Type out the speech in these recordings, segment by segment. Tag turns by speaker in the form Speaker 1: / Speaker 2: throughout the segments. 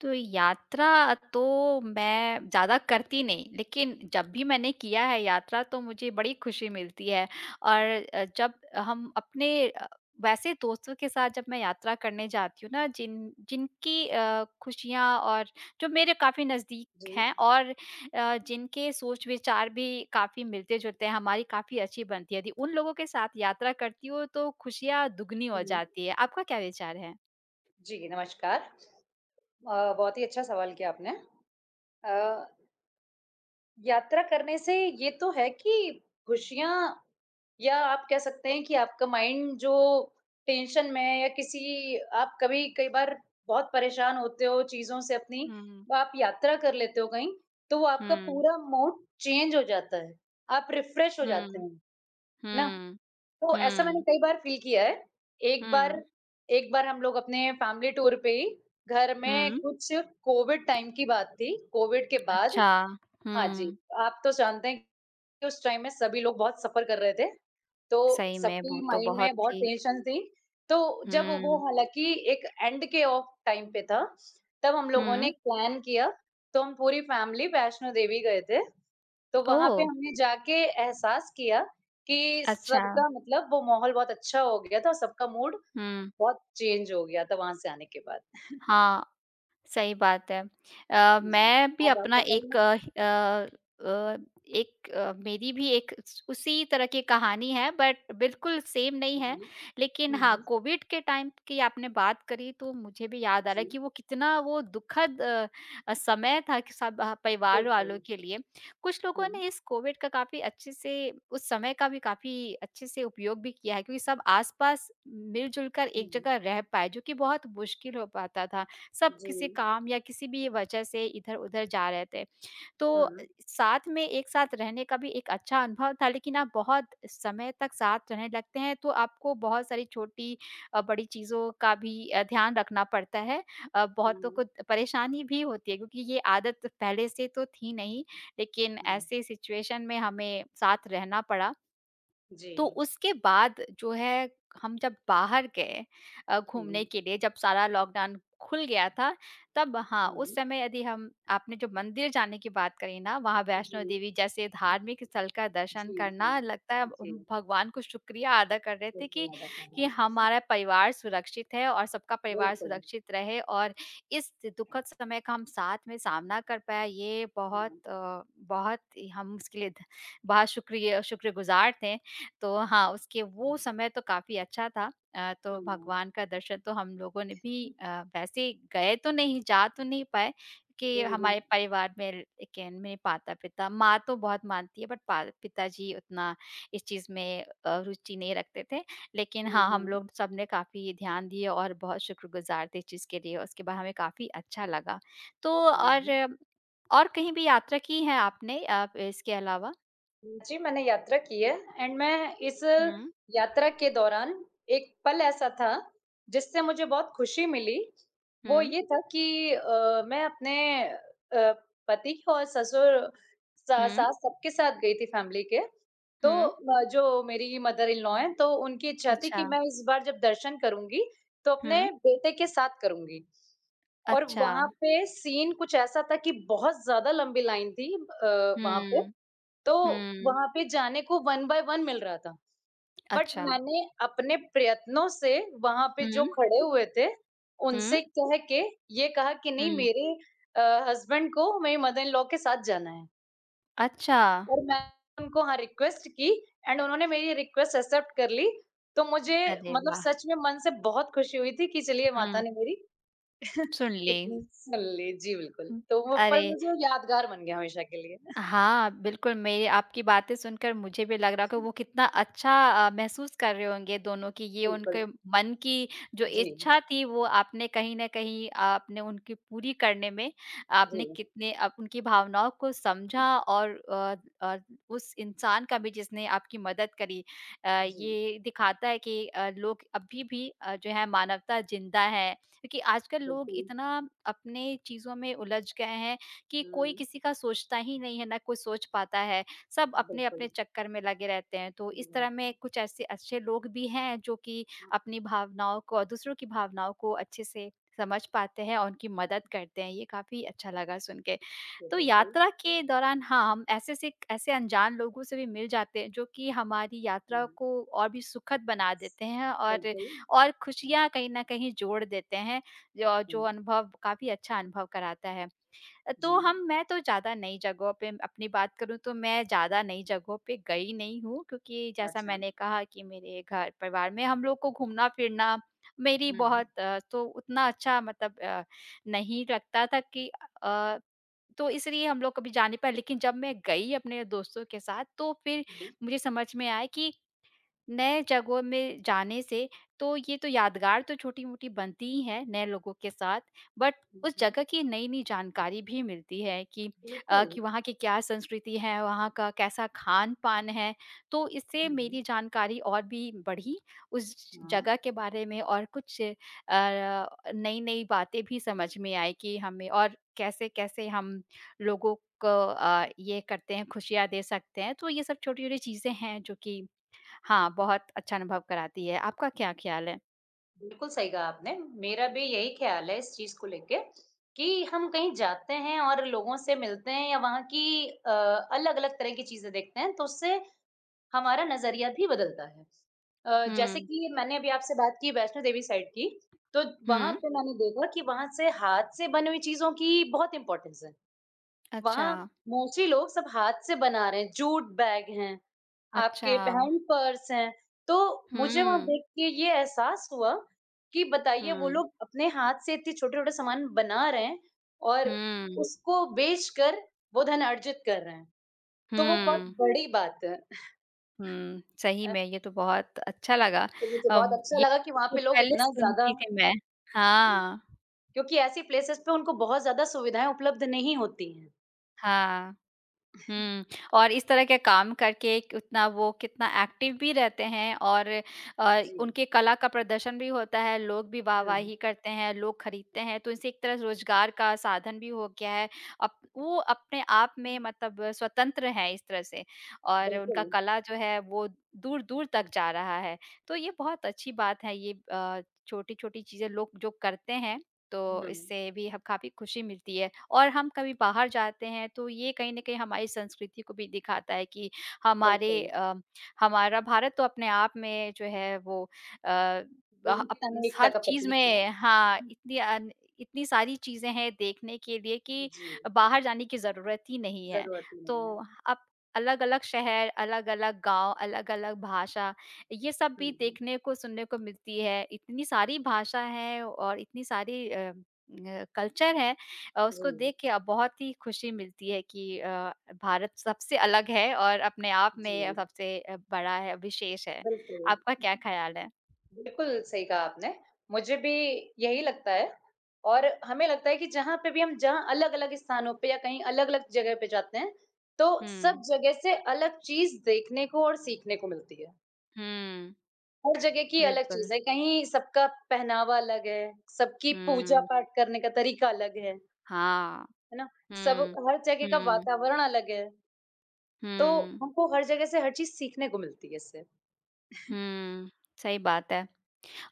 Speaker 1: तो यात्रा तो मैं ज़्यादा करती नहीं, लेकिन जब भी मैंने किया है यात्रा तो मुझे बड़ी खुशी मिलती है और जब हम अपने वैसे दोस्तों के साथ जब मैं यात्रा करने जाती हूँ ना जिनकी खुशियाँ और जो मेरे काफ़ी नज़दीक
Speaker 2: जी,
Speaker 1: हैं और जिनके सोच विचार भी काफ़ी मिलते-जुलते हैं, हमारी काफ़ी अच्छी बनती है। यदि उन लोगों के साथ यात्रा करती हूँ तो खुशियाँ दुगनी हो
Speaker 2: हुँ।
Speaker 1: जाती है। आपका क्या विचार है?
Speaker 2: जी, नमस्कार। बहुत ही अच्छा सवाल किया आपने। अ, यात्रा करने से ये तो है कि खुशियाँ या आप कह सकते हैं कि आपका माइंड जो टेंशन में या किसी आप कभी कई बार बहुत परेशान होते हो चीज़ों से अपनी,
Speaker 1: हुँ।
Speaker 2: वो आप यात्रा कर लेते हो कहीं, तो वो आपका
Speaker 1: हुँ,
Speaker 2: पूरा मूड चेंज हो जाता है। आप रिफ्रेश हो जाते
Speaker 1: हुँ।
Speaker 2: हैं, है ना?
Speaker 1: हुँ,
Speaker 2: तो ऐसा मैंने
Speaker 1: हुँ,
Speaker 2: कई बार फ़ील किया है। एक बार
Speaker 1: हुँ,
Speaker 2: एक बार हम लोग अपने फैमिली टूर पे ही घर में
Speaker 1: हुँ,
Speaker 2: कुछ कोविड टाइम की बात थी, कोविड के बाद।
Speaker 1: अच्छा,
Speaker 2: हाँ जी,
Speaker 1: हुँ,
Speaker 2: आप तो जानते हैं कि उस टाइम में सभी लोग बहुत सफ़र कर रहे थे, तो
Speaker 1: सही में वो
Speaker 2: सबकी
Speaker 1: तो
Speaker 2: माइंड
Speaker 1: बहुत
Speaker 2: में बहुत
Speaker 1: ही
Speaker 2: टेंशन थी। तो जब वो
Speaker 1: हुँ,
Speaker 2: हालाँकि एक एंड के ऑफ टाइम पे था, तब हम लोगों ने
Speaker 1: हुँ,
Speaker 2: एक प्लान किया, तो हम पूरी फैमिली वैष्णो देवी गए थे। तो वहाँ पे
Speaker 1: ओह!
Speaker 2: हमने जाके एहसास किया कि
Speaker 1: अच्छा,
Speaker 2: सबका मतलब वो माहौल बहुत अच्छा हो गया था और सबका मूड
Speaker 1: हुँ,
Speaker 2: बहुत चेंज हो गया था वहाँ से आने के बाद।
Speaker 1: हाँ, सही बात है।
Speaker 2: जी,
Speaker 1: मैं भी
Speaker 2: अब आप
Speaker 1: अपना एक
Speaker 2: बताइए?
Speaker 1: अ, एक अ, मेरी भी एक स उसी तरह की कहानी है बट बिल्कुल सेम नहीं है।
Speaker 2: जी।
Speaker 1: लेकिन
Speaker 2: हुँ,
Speaker 1: हाँ,
Speaker 2: हुँ।
Speaker 1: कोविड के टाइम की आपने बात करी तो मुझे भी याद आ रहा है कि
Speaker 2: जी,
Speaker 1: वो कितना वो दुखद समय था कि सब ह परिवार
Speaker 2: बिल्कुल।
Speaker 1: वालों के लिए। कुछ लोगों
Speaker 2: हुँ,
Speaker 1: ने इस कोविड का काफ़ी अच्छे से उस समय का भी काफ़ी अच्छे से उपयोग भी किया है क्योंकि सब आस-पास मिल-जुल कर एक
Speaker 2: हुँ।
Speaker 1: जगह रह पाए, जो कि बहुत मुश्किल हो पाता था। सब
Speaker 2: जी।
Speaker 1: किसी काम या किसी भी वजह से इधर-उधर जा रहे थे। तो
Speaker 2: हुँ,
Speaker 1: साथ में एक साथ रहने का भी एक अच्छा अनुभव था, लेकिन आप बहुत समय तक साथ रहने लगते हैं, तो आपको बहुत सारी छोटी बड़ी चीज़ों का भी ध्यान रखना पड़ता है। बहुतों को
Speaker 2: हुँ,
Speaker 1: परेशानी भी होती है क्योंकि ये आदत पहले से तो थी नहीं, लेकिन
Speaker 2: हुँ।
Speaker 1: ऐसे सिचुएशन में हमें साथ रहना पड़ा।
Speaker 2: जी।
Speaker 1: तो उसके बाद जो है हम जब बाहर गए
Speaker 2: हुँ,
Speaker 1: घूमने के लिए जब सारा लॉकडाउन खुल गया था तब हाँ उस
Speaker 2: हुँ।
Speaker 1: समय यदि हम आपने जो मंदिर जाने की बात करी ना वहाँ
Speaker 2: जी।
Speaker 1: वैष्णो देवी जैसे धार्मिक स्थल का
Speaker 2: हुँ,
Speaker 1: दर्शन
Speaker 2: जी, जी।
Speaker 1: करना लगता है
Speaker 2: जी,
Speaker 1: हम भगवान को शुक्रिया अदा कर रहे थे
Speaker 2: बिल्कुल
Speaker 1: कि
Speaker 2: याद आता
Speaker 1: कि
Speaker 2: है।
Speaker 1: हमारा परिवार सुरक्षित है और सबका परिवार
Speaker 2: बिल्कुल।
Speaker 1: सुरक्षित रहे और इस
Speaker 2: हाँ,
Speaker 1: दुखद समय का हम साथ में सामना कर पाया ये बहुत
Speaker 2: हुँ,
Speaker 1: बहुत ही हम उसके लिए बहुत शुक्रिया शुक्रगुजार
Speaker 2: अच्छा।
Speaker 1: थे तो हाँ, उसके
Speaker 2: हुँ।
Speaker 1: वो समय तो काफ़ी अच्छा था। तो
Speaker 2: हुँ, हुँ।
Speaker 1: भगवान का दर्शन तो हम लोगों ने भी वैसे गए तो नहीं, जा तो नहीं पाए कि
Speaker 2: हुँ, हुँ।
Speaker 1: हमारे परिवार में लेकिन मेरे माता-पिता माँ तो बहुत मानती है बट पा पिताजी उतना इस चीज़ में रुचि नहीं रखते थे। लेकिन
Speaker 2: हुँ,
Speaker 1: हाँ, हम
Speaker 2: हुँ।
Speaker 1: लोग सबने काफ़ी ध्यान दिए और बहुत शुक्रगुज़ार थे इस चीज़ के लिए। उसके बाद हमें काफ़ी अच्छा लगा। तो
Speaker 2: हुँ,
Speaker 1: और
Speaker 2: हुँ।
Speaker 1: अ, और कहीं भी यात्रा की है आपने आप इसके अलावा?
Speaker 2: जी, मैंने यात्रा की है एंड मैं इस
Speaker 1: हुँ,
Speaker 2: यात्रा के दौरान एक पल ऐसा था, जिससे मुझे बहुत खुशी मिली। वो
Speaker 1: हुँ,
Speaker 2: ये था कि मैं अपने पति और ससुर सा
Speaker 1: हुँ,
Speaker 2: सास सबके साथ गई थी फैमिली के। तो
Speaker 1: हुँ।
Speaker 2: जो मेरी मदर इन लॉ हैं, तो उनकी इच्छा थी
Speaker 1: अच्छा,
Speaker 2: कि मैं इस बार जब दर्शन करूँगी, तो अपने
Speaker 1: हुँ,
Speaker 2: बेटे के साथ करूँगी। और
Speaker 1: अच्छा,
Speaker 2: वहाँ पे सीन कुछ ऐसा था कि बहुत ज़्यादा लंबी लाइन थी, वहाँ पे,
Speaker 1: हुँ,
Speaker 2: तो
Speaker 1: हुँ,
Speaker 2: वहाँ पे जाने को वन बाय वन मिल रहा था। बट
Speaker 1: अच्छा,
Speaker 2: मैंने अपने प्रयत्नों से वहाँ पे जो
Speaker 1: हुँ,
Speaker 2: खड़े हुए थे,
Speaker 1: हुँ,
Speaker 2: उनसे कह के ये कहा कि नहीं,
Speaker 1: हुँ,
Speaker 2: मेरे अ, हस्बैंड को मेरे मदर इन लॉ के साथ जाना है
Speaker 1: अच्छा,
Speaker 2: और मैंने उनको हाँ रिक्वेस्ट की, एंड उन्होंने मेरी रिक्वेस्ट एक्सेप्ट कर ली। तो मुझे
Speaker 1: अरे
Speaker 2: मतलब
Speaker 1: वाह!
Speaker 2: सच में मन से बहुत खुशी हुई थी कि चलिए माता
Speaker 1: हुँ,
Speaker 2: ने मेरी
Speaker 1: सुन ली।
Speaker 2: इतनी सुन ली। जी, बिल्कुल।
Speaker 1: हुँ,
Speaker 2: तो वो पल
Speaker 1: अरे
Speaker 2: मुझे यादगार बन गया हमेशा के लिए।
Speaker 1: हाँ, बिल्कुल, मेरी आपकी बातें सुनकर मुझे भी लग रहा कि वो कितना अच्छा महसूस कर रहे होंगे दोनों कि ये
Speaker 2: बिल्कुल।
Speaker 1: उनके मन की जो
Speaker 2: जी,
Speaker 1: इच्छा थी वो आपने कहीं न कहीं आपने उनकी पूरी करने में आपने
Speaker 2: जी,
Speaker 1: कितने आप उनकी भावनाओं को समझा और उस इंसान का भी जिसने आपकी मदद करी।
Speaker 2: जी।
Speaker 1: ये दिखाता है कि लोग अभी भी जो है मानवता ज़िंदा है, क्योंकि आजकल लोग
Speaker 2: बिल्कुल,
Speaker 1: इतना अपने चीज़ों में उलझ गए हैं कि कोई
Speaker 2: हाँ,
Speaker 1: किसी का सोचता ही नहीं है, ना कोई सोच पाता है। सब
Speaker 2: बिल्कुल,
Speaker 1: अपने-अपने चक्कर में लगे रहते हैं। तो
Speaker 2: सही
Speaker 1: इस तरह
Speaker 2: बात
Speaker 1: में
Speaker 2: है।
Speaker 1: कुछ ऐसे अच्छे लोग भी हैं जो कि अपनी भावनाओं को और दूसरों की भावनाओं को अच्छे से समझ पाते हैं और उनकी मदद करते हैं। ये काफ़ी अच्छा लगा सुन के।
Speaker 2: आपसे
Speaker 1: तो
Speaker 2: बिल्कुल,
Speaker 1: यात्रा के दौरान हाँ, हम ऐसे से ऐसे अनजान लोगों से भी मिल जाते हैं जो कि हमारी यात्रा
Speaker 2: हाँ,
Speaker 1: को और भी सुखद बना देते हैं
Speaker 2: बिल्कुल,
Speaker 1: और
Speaker 2: हुँ,
Speaker 1: खुशियाँ कहीं न कहीं जोड़ देते हैं। जो
Speaker 2: हुँ,
Speaker 1: जो अनुभव काफ़ी अच्छा अनुभव कराता है।
Speaker 2: जी,
Speaker 1: तो हम मैं तो ज़्यादा नई जगहों पे अपनी बात करूँ तो मैं ज़्यादा नई जगहों पे गई नहीं हूँ क्योंकि जैसा
Speaker 2: अच्छा,
Speaker 1: मैंने कहा कि मेरे घर परिवार में हम लोग को घूमना-फिरना मेरी
Speaker 2: हुँ,
Speaker 1: बहुत तो उतना अच्छा मतलब नहीं लगता था कि अ, तो इसलिए हम लोग कभी जा नहीं पाए लेकिन जब मैं गई अपने दोस्तों के साथ तो फिर
Speaker 2: जी,
Speaker 1: मुझे समझ में आया कि नए जगहों में जाने से तो ये तो यादगार तो छोटी-मोटी बनती ही है नए लोगों के साथ, बट
Speaker 2: हुँ,
Speaker 1: उस
Speaker 2: हुँ,
Speaker 1: जगह की नई-नई जानकारी भी मिलती है कि अ,
Speaker 2: बिल्कुल,
Speaker 1: कि वहाँ की क्या संस्कृति है, वहाँ का कैसा खान-पान है। तो इससे
Speaker 2: हुँ,
Speaker 1: मेरी जानकारी और भी बढ़ी उस
Speaker 2: हाँ,
Speaker 1: जगह के बारे में और कुछ नई-नई बातें भी समझ में आई कि हमें और कैसे-कैसे हम लोगों को ये करते हैं खुशियाँ दे सकते हैं। तो ये सब छोटी-छोटी चीज़ें हैं जो कि हाँ, बहुत अच्छा अनुभव कराती है। आपका क्या ख़्याल है?
Speaker 2: बिल्कुल सही कहा आपने, मेरा भी यही ख़्याल है इस चीज़ को लेके कि हम कहीं जाते हैं और लोगों से मिलते हैं या वहाँ की अलग-अलग तरह की चीज़ें देखते हैं, तो उससे हमारा नज़रिया भी बदलता है। जैसे
Speaker 1: हुँ,
Speaker 2: कि मैंने अभी आपसे बात की वैष्णो देवी साइड की, तो वहाँ
Speaker 1: हुँ,
Speaker 2: पे मैंने देखा कि वहाँ से हाथ से बनी हुई चीज़ों की बहुत इम्पोर्टेंस है।
Speaker 1: अच्छा,
Speaker 2: वहाँ मोस्टली लोग सब हाथ से बना रहे हैं, जूट बैग हैं, आपके
Speaker 1: अच्छा।
Speaker 2: हैंड पर्स हैं, तो मुझे वहाँ
Speaker 1: हुँ,
Speaker 2: देख के ये एहसास हुआ कि बताइए वो
Speaker 1: हुँ,
Speaker 2: लोग अपने हाथ से इतने छोटे-छोटे सामान बना रहे हैं और
Speaker 1: हुँ,
Speaker 2: उसको बेचकर वो धन अर्जित कर रहे हैं। तो वो बहुत
Speaker 1: हुँ,
Speaker 2: बड़ी बात है।
Speaker 1: हुँ, सही में ये तो बहुत अच्छा लगा।
Speaker 2: तो मुझे बहुत
Speaker 1: अम,
Speaker 2: अच्छा
Speaker 1: ये
Speaker 2: लगा कि वहाँ
Speaker 1: तो
Speaker 2: पे लोग
Speaker 1: पहले
Speaker 2: इतना ज़्यादा
Speaker 1: सुनती थी मैं।
Speaker 2: हुँ,
Speaker 1: हाँ,
Speaker 2: क्योंकि ऐसी प्लेसेस पे उनको बहुत ज़्यादा सुविधाएँ उपलब्ध नहीं होती हैं।
Speaker 1: हाँ। हुँ, और इस तरह के काम करके एक उतना वो कितना एक्टिव भी रहते हैं और
Speaker 2: जी।
Speaker 1: उनके कला का प्रदर्शन भी होता है, लोग भी
Speaker 2: हुँ।
Speaker 1: वाहवाही करते हैं, लोग खरीदते हैं, तो इनसे एक तरह से रोज़गार का साधन भी हो गया है। अप वो अपने आप में मतलब स्वतंत्र हैं इस तरह से और उनका
Speaker 2: बिल्कुल।
Speaker 1: कला जो है वो दूर-दूर तक जा रहा है। तो ये बहुत अच्छी बात है, ये छोटी-छोटी चीज़ें लोग जो करते हैं, तो
Speaker 2: हुँ,
Speaker 1: इससे भी ह काफ़ी खुशी मिलती है। और हम कभी बाहर जाते हैं तो ये कहीं न कहीं हमारी संस्कृति को भी दिखाता है कि हमारे
Speaker 2: बिल्कुल।
Speaker 1: अ, हमारा भारत तो अपने आप में जो है वो अ, अह अप
Speaker 2: विविधता में एकता
Speaker 1: हर
Speaker 2: का
Speaker 1: चीज़
Speaker 2: प्रतीक है।
Speaker 1: में हाँ, इतनी सारी चीज़ें हैं देखने के लिए कि
Speaker 2: जी,
Speaker 1: बाहर जाने की ज़रूरत ही नहीं है।
Speaker 2: ज़रूरत ही
Speaker 1: तो
Speaker 2: नहीं है।
Speaker 1: अब अलग-अलग शहर, अलग-अलग गाँव, अलग-अलग भाषा, ये सब भी
Speaker 2: हुँ,
Speaker 1: देखने को, सुनने को मिलती है। इतनी सारी भाषा है और इतनी सारी कल्चर है उसको देख
Speaker 2: जी,
Speaker 1: के बहुत ही खुशी मिलती है कि भारत सबसे अलग है और अपने आप
Speaker 2: जी,
Speaker 1: में सबसे बड़ा है, विशेष है।
Speaker 2: बिल्कुल।
Speaker 1: आपका क्या ख़्याल है?
Speaker 2: बिल्कुल, सही कहा आपने। मुझे भी यही लगता है और हमें लगता है कि जहाँ पे भी हम जहाँ अलग-अलग स्थानों पे या कहीं अलग-अलग जगह पे जाते हैं, तो सब
Speaker 1: हुँ,
Speaker 2: जगह से अलग चीज़ देखने को और सीखने को मिलती है।
Speaker 1: हुँ,
Speaker 2: हर जगह की अलग
Speaker 1: बिल्कुल।
Speaker 2: चीज़ है, कहीं सबका पहनावा अलग है, सबकी
Speaker 1: हुँ,
Speaker 2: पूजा-पाठ करने का तरीका अलग है
Speaker 1: हाँ।
Speaker 2: ना? सब
Speaker 1: हुँ,
Speaker 2: हर जगह का
Speaker 1: हुँ,
Speaker 2: वातावरण अलग है, तो
Speaker 1: हुँ,
Speaker 2: हमको हर जगह से हर चीज़ सीखने को मिलती है इससे।
Speaker 1: हुँ, सही बात है।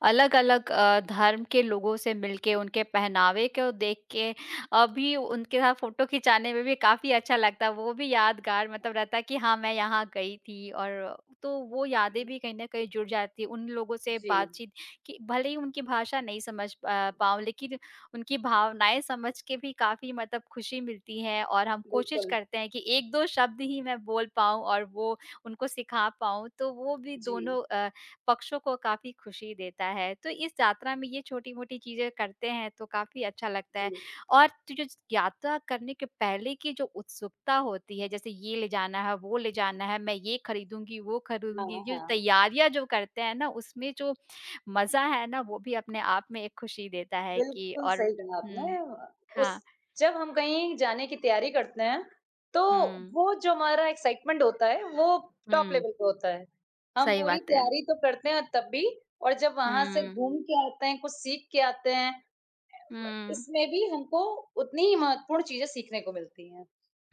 Speaker 1: अलग-अलग धर्म के लोगों से मिलके, उनके पहनावे को देख के अभी उनके साथ फ़ोटो खिंचाने में भी काफ़ी अच्छा लगता है। वो भी यादगार मतलब रहता है कि हाँ, मैं यहाँ गई थी और तो वो यादें भी कहीं न कहीं जुड़ जाती हैं। उन लोगों से
Speaker 2: जी,
Speaker 1: बातचीत कि भले ही उनकी भाषा नहीं पाऊँ लेकिन उनकी भावनाएँ समझ के भी काफ़ी मतलब खुशी मिलती है और हम कोशिश
Speaker 2: बिल्कुल।
Speaker 1: करते हैं कि 1-2 शब्द ही मैं बोल पाऊँ और वो उनको सिखा पाऊँ। तो वो भी
Speaker 2: जी,
Speaker 1: दोनों पक्षों को काफ़ी खुशी देता है। तो इस यात्रा में ये छोटी-मोटी चीज़ें करते हैं तो काफ़ी अच्छा लगता है।
Speaker 2: जी।
Speaker 1: और तो जो यात्रा करने के पहले की जो उत्सुकता होती है जैसे ये ले जाना है, वो ले जाना है, मैं ये खरीदूँगी, वो
Speaker 2: हाँ,
Speaker 1: खरीदूँगी, ये
Speaker 2: हाँ।
Speaker 1: तैयारियाँ जो करते हैं ना उसमें जो मज़ा है ना वो भी अपने आप में एक खुशी देता है कि
Speaker 2: बिल्कुल
Speaker 1: और
Speaker 2: सही कहा
Speaker 1: हुँ,
Speaker 2: आपने। उस
Speaker 1: हाँ।
Speaker 2: जब हम कहीं जाने की तैयारी करते हैं, तो
Speaker 1: हुँ,
Speaker 2: वो जो हमारा एक्साइटमेंट होता है, वो टॉप
Speaker 1: हुँ,
Speaker 2: लेवल पे होता है। हम
Speaker 1: सही
Speaker 2: पूरी
Speaker 1: बात है।
Speaker 2: तैयारी तो करते हैं तब भी और जब वहाँ से
Speaker 1: हुँ,
Speaker 2: घूम के आते हैं, कुछ सीख के आते हैं, म
Speaker 1: हुँ।
Speaker 2: इसमें भी हमको उतनी ही महत्वपूर्ण चीज़ें सीखने को मिलती हैं।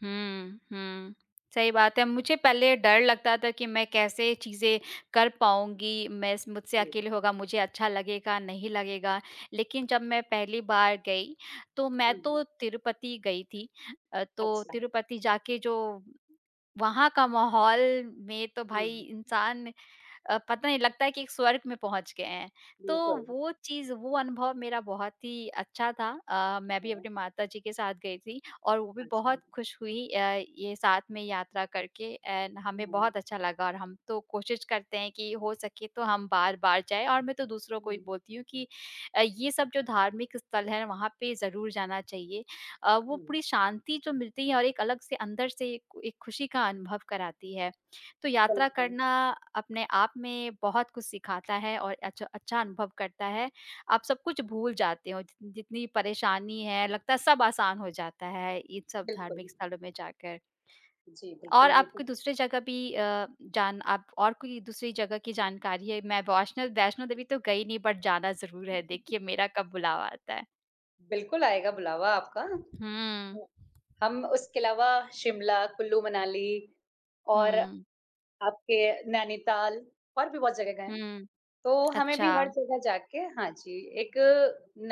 Speaker 1: हुँ, हुँ। सही बात है। मुझे पहले डर लगता था कि मैं कैसे चीज़ें कर पाऊँगी, मैं स मुझसे
Speaker 2: जी।
Speaker 1: अकेले होगा, मुझे अच्छा लगेगा, नहीं लगेगा। लेकिन जब मैं पहली बार गई, तो मैं
Speaker 2: हुँ,
Speaker 1: तो तिरुपति गई थी। तो
Speaker 2: अच्छा।
Speaker 1: तिरुपति जाके जो वहाँ का माहौल में तो भाई
Speaker 2: हुँ,
Speaker 1: इंसान पता नहीं लगता है कि एक स्वर्ग में पहुँच गए हैं। तो
Speaker 2: बिल्कुल।
Speaker 1: वो चीज़ वो अनुभव मेरा बहुत ही अच्छा था। मैं भी
Speaker 2: हाँ,
Speaker 1: अपने माताजी के साथ गई थी और वो भी
Speaker 2: अच्छा।
Speaker 1: बहुत खुश हुई ये साथ में यात्रा करके एंड
Speaker 2: हुँ,
Speaker 1: हमें
Speaker 2: हुँ,
Speaker 1: बहुत अच्छा लगा और हम तो कोशिश करते हैं कि हो सके तो हम बार-बार जाएँ और मैं तो दूसरों को भी बोलती हूँ कि ये सब जो धार्मिक स्थल है वहाँ पे ज़रूर जाना चाहिए। वो
Speaker 2: हुँ,
Speaker 1: पूरी शांति जो मिलती है और एक अलग से अंदर से एक एक खुशी का अनुभव कराती है। तो यात्रा
Speaker 2: बिल्कुल।
Speaker 1: करना अपने आप में बहुत कुछ सिखाता है और अच्छा अच्छा अनुभव करता है। आप सब कुछ भूल जाते हो, जितनी परेशानी है, लगता है सब आसान हो जाता है, इन सब
Speaker 2: बिल्कुल।
Speaker 1: धार्मिक स्थलों में जाकर।
Speaker 2: जी,
Speaker 1: और
Speaker 2: बिल्कुल, ये तो
Speaker 1: आपको दूसरे जगह भी अ, जान आप और कोई दूसरी जगह की जानकारी है? मैं वैष्णो वैष्णो देवी तो गई नहीं बट जाना ज़रूर है, देखिए मेरा कब बुलावा आता है।
Speaker 2: बिल्कुल आएगा बुलावा आपका।
Speaker 1: हुँ,
Speaker 2: हम उसके अलावा शिमला, कुल्लू मनाली और
Speaker 1: हुँ,
Speaker 2: आपके नैनीताल और भी बहुत जगह गए हैं।
Speaker 1: हुँ।
Speaker 2: तो हमें भी
Speaker 1: अच्छा,
Speaker 2: हर जगह जाके हाँ जी, एक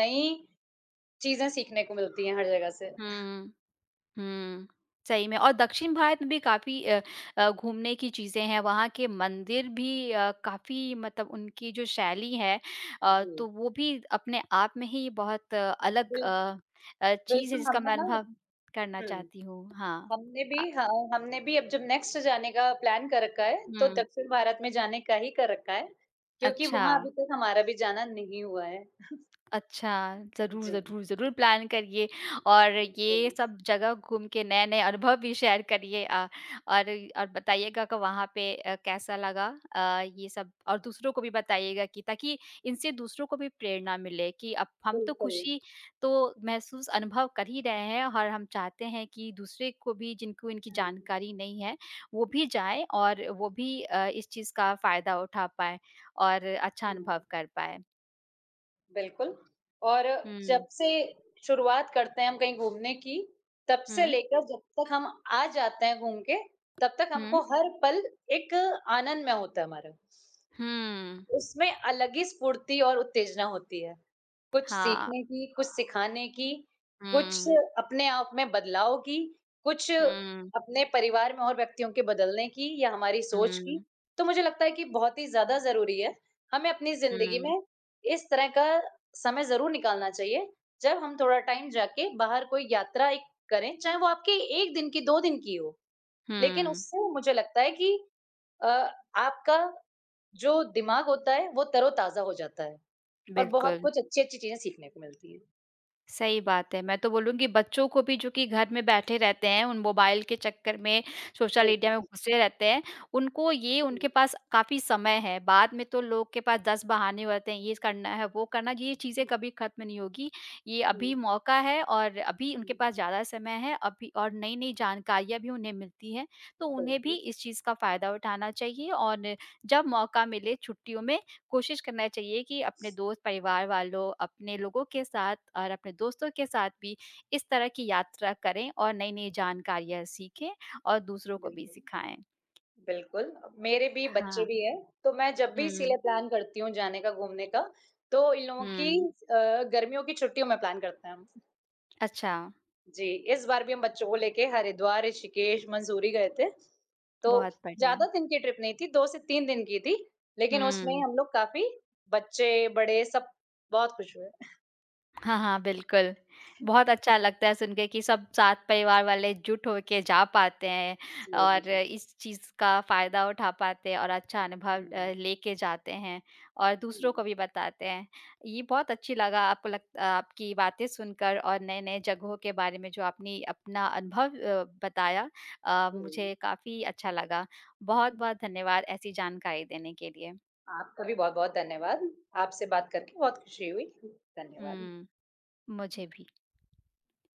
Speaker 2: नई चीज़ें सीखने को मिलती हैं हर जगह से।
Speaker 1: हुँ। हुँ, सही में और दक्षिण भारत में भी काफ़ी घूमने की चीज़ें हैं, वहाँ के मंदिर भी काफ़ी मतलब उनकी जो शैली है तो
Speaker 2: जी,
Speaker 1: वो भी अपने आप में ही बहुत अ, अलग
Speaker 2: बिल
Speaker 1: अ अ, चीज़ है
Speaker 2: बिल्कुल।
Speaker 1: जिसका
Speaker 2: हमने
Speaker 1: मैं
Speaker 2: ना,
Speaker 1: अनुभव करना
Speaker 2: हुँ,
Speaker 1: चाहती हूँ। हाँ।
Speaker 2: हमने भी
Speaker 1: अ,
Speaker 2: हाँ, हमने भी अब जब नेक्स्ट जाने का प्लान कर रखा है, तो
Speaker 1: हुँ,
Speaker 2: दक्षिण भारत में जाने का ही कर रखा है, क्योंकि
Speaker 1: अच्छा।
Speaker 2: वहाँ अभी तक हमारा भी जाना नहीं हुआ है।
Speaker 1: अच्छा, ज़रूर,
Speaker 2: जी,
Speaker 1: ज़रूर, ज़रूर प्लान करिए और
Speaker 2: बिल्कुल,
Speaker 1: ये सब जगह घूम के नए-नए अनुभव भी शेयर करिए और और बताइएगा कि वहाँ पे कैसा लगा ये सब और दूसरों को भी बताइएगा कि ताकि इनसे दूसरों को भी प्रेरणा मिले कि अब हम तो
Speaker 2: बिल्कुल।
Speaker 1: खुशी तो महसूस अनुभव कर ही रहे हैं और हम चाहते हैं कि दूसरे को भी जिनको इनकी
Speaker 2: हुँ,
Speaker 1: जानकारी नहीं है, वो भी जाएँ और वो भी इस चीज़ का फ़ायदा उठा पाएँ और अच्छा
Speaker 2: हुँ,
Speaker 1: अनुभव कर पाएँ।
Speaker 2: बिल्कुल। और
Speaker 1: हुँ,
Speaker 2: जब से शुरुआत करते हैं हम कहीं घूमने की, तब से
Speaker 1: हुँ।
Speaker 2: लेकर जब तक हम आ जाते हैं घूम के, तब तक
Speaker 1: हुँ।
Speaker 2: हमको हर पल एक आनंद में होता है हमारा।
Speaker 1: हुँ।
Speaker 2: उसमें अलग ही स्फूर्ति और उत्तेजना होती है। कुछ
Speaker 1: हाँ।
Speaker 2: सीखने की, कुछ सिखाने की, कुछ
Speaker 1: हुँ।
Speaker 2: अपने आप में बदलाव की, कुछ
Speaker 1: हुँ,
Speaker 2: अपने परिवार में और व्यक्तियों के बदलने की या हमारी सोच की।
Speaker 1: हुँ,
Speaker 2: तो मुझे लगता है कि बहुत ही ज़्यादा ज़रूरी है। हमें अपनी ज़िंदगी
Speaker 1: हुँ,
Speaker 2: में इस तरह का समय ज़रूर निकालना चाहिए, जब हम थोड़ा टाइम जाके बाहर कोई यात्रा एक करें, चाहे वो आपकी 1 दिन की, 2 दिन की हो। लेकिन
Speaker 1: हुँ,
Speaker 2: उससे मुझे लगता है कि अ, आपका जो दिमाग होता है, वो तरोताज़ा हो जाता है और बहुत
Speaker 1: बिल्कुल।
Speaker 2: कुछ अच्छी-अच्छी चीज़ें सीखने को मिलती हैं।
Speaker 1: सही बात है। मैं तो बोलूँगी बच्चों को भी जो कि घर में बैठे रहते हैं, उन मोबाइल के चक्कर में, सोशल मीडिया
Speaker 2: बिल्कुल।
Speaker 1: में घुसे रहते हैं, उनको ये
Speaker 2: हुँ,
Speaker 1: उनके पास काफ़ी समय है। बाद में तो लोग के पास 10 बहाने होते हैं, ये करना है, वो करना ये चीज़ें
Speaker 2: हुँ,
Speaker 1: कभी ख़त्म नहीं होगी। ये
Speaker 2: हुँ,
Speaker 1: अभी मौका है और अभी उनके
Speaker 2: हुँ।
Speaker 1: पास ज़्यादा समय है, अभी और नई-नई जानकारियाँ भी उन्हें मिलती हैं। तो उन्हें भी
Speaker 2: बिल्कुल,
Speaker 1: इस चीज़ का फ़ायदा उठाना चाहिए और जब मौका मिले छुट्टियों में कोशिश करना चाहिए कि अपने दोस्त, परिवार वालों, अपने लोगों के साथ और अपने दोस्तों के साथ भी इस तरह की यात्रा करें और नई-नई जानकारियाँ सीखें और दूसरों को भी
Speaker 2: बिल्कुल,
Speaker 1: सिखाएँ।
Speaker 2: बिल्कुल। मेरे भी बच्चे
Speaker 1: हाँ।
Speaker 2: भी हैं, तो मैं जब भी
Speaker 1: हुँ,
Speaker 2: इसीलिए प्लान करती हूँ जाने का, घूमने का, तो इन लोगों की
Speaker 1: हुँ।
Speaker 2: गर्मियों की छुट्टियों में प्लान करते हैं हम।
Speaker 1: अच्छा,
Speaker 2: जी, इस बार भी हम बच्चों को लेके हरिद्वार, ऋषिकेश, मसूरी गए थे। तो
Speaker 1: बहुत बढ़िया।
Speaker 2: ज़्यादा दिन की ट्रिप नहीं थी, 2 से 3 दिन की थी, लेकिन उसमें
Speaker 1: हुँ।
Speaker 2: हम लोग काफ़ी बच्चे, बड़े सब बहुत खुश हुए।
Speaker 1: हाँ, हाँ, बिल्कुल। बहुत अच्छा लगता है सुन के कि सब साथ परिवार वाले जुट होके जा पाते हैं
Speaker 2: जी, जी,
Speaker 1: और
Speaker 2: जी।
Speaker 1: इस चीज़ का फ़ायदा उठा पाते हैं और अच्छा अनुभव
Speaker 2: हुँ,
Speaker 1: अ, लेके जाते हैं और दूसरों को
Speaker 2: हुँ,
Speaker 1: भी बताते हैं। ये बहुत अच्छी लगा आपको लग आपकी बातें सुनकर और नए-नए जगहों के बारे में जो आपने अपना अनुभव बताया मुझे काफ़ी अच्छा लगा।
Speaker 2: हुँ।
Speaker 1: बहुत-बहुत धन्यवाद ऐसी जानकारी देने के लिए।
Speaker 2: आपका भी बहुत-बहुत धन्यवाद। आपसे बात करके बहुत खुशी हुई। धन्यवाद।
Speaker 1: हुँ। मुझे भी।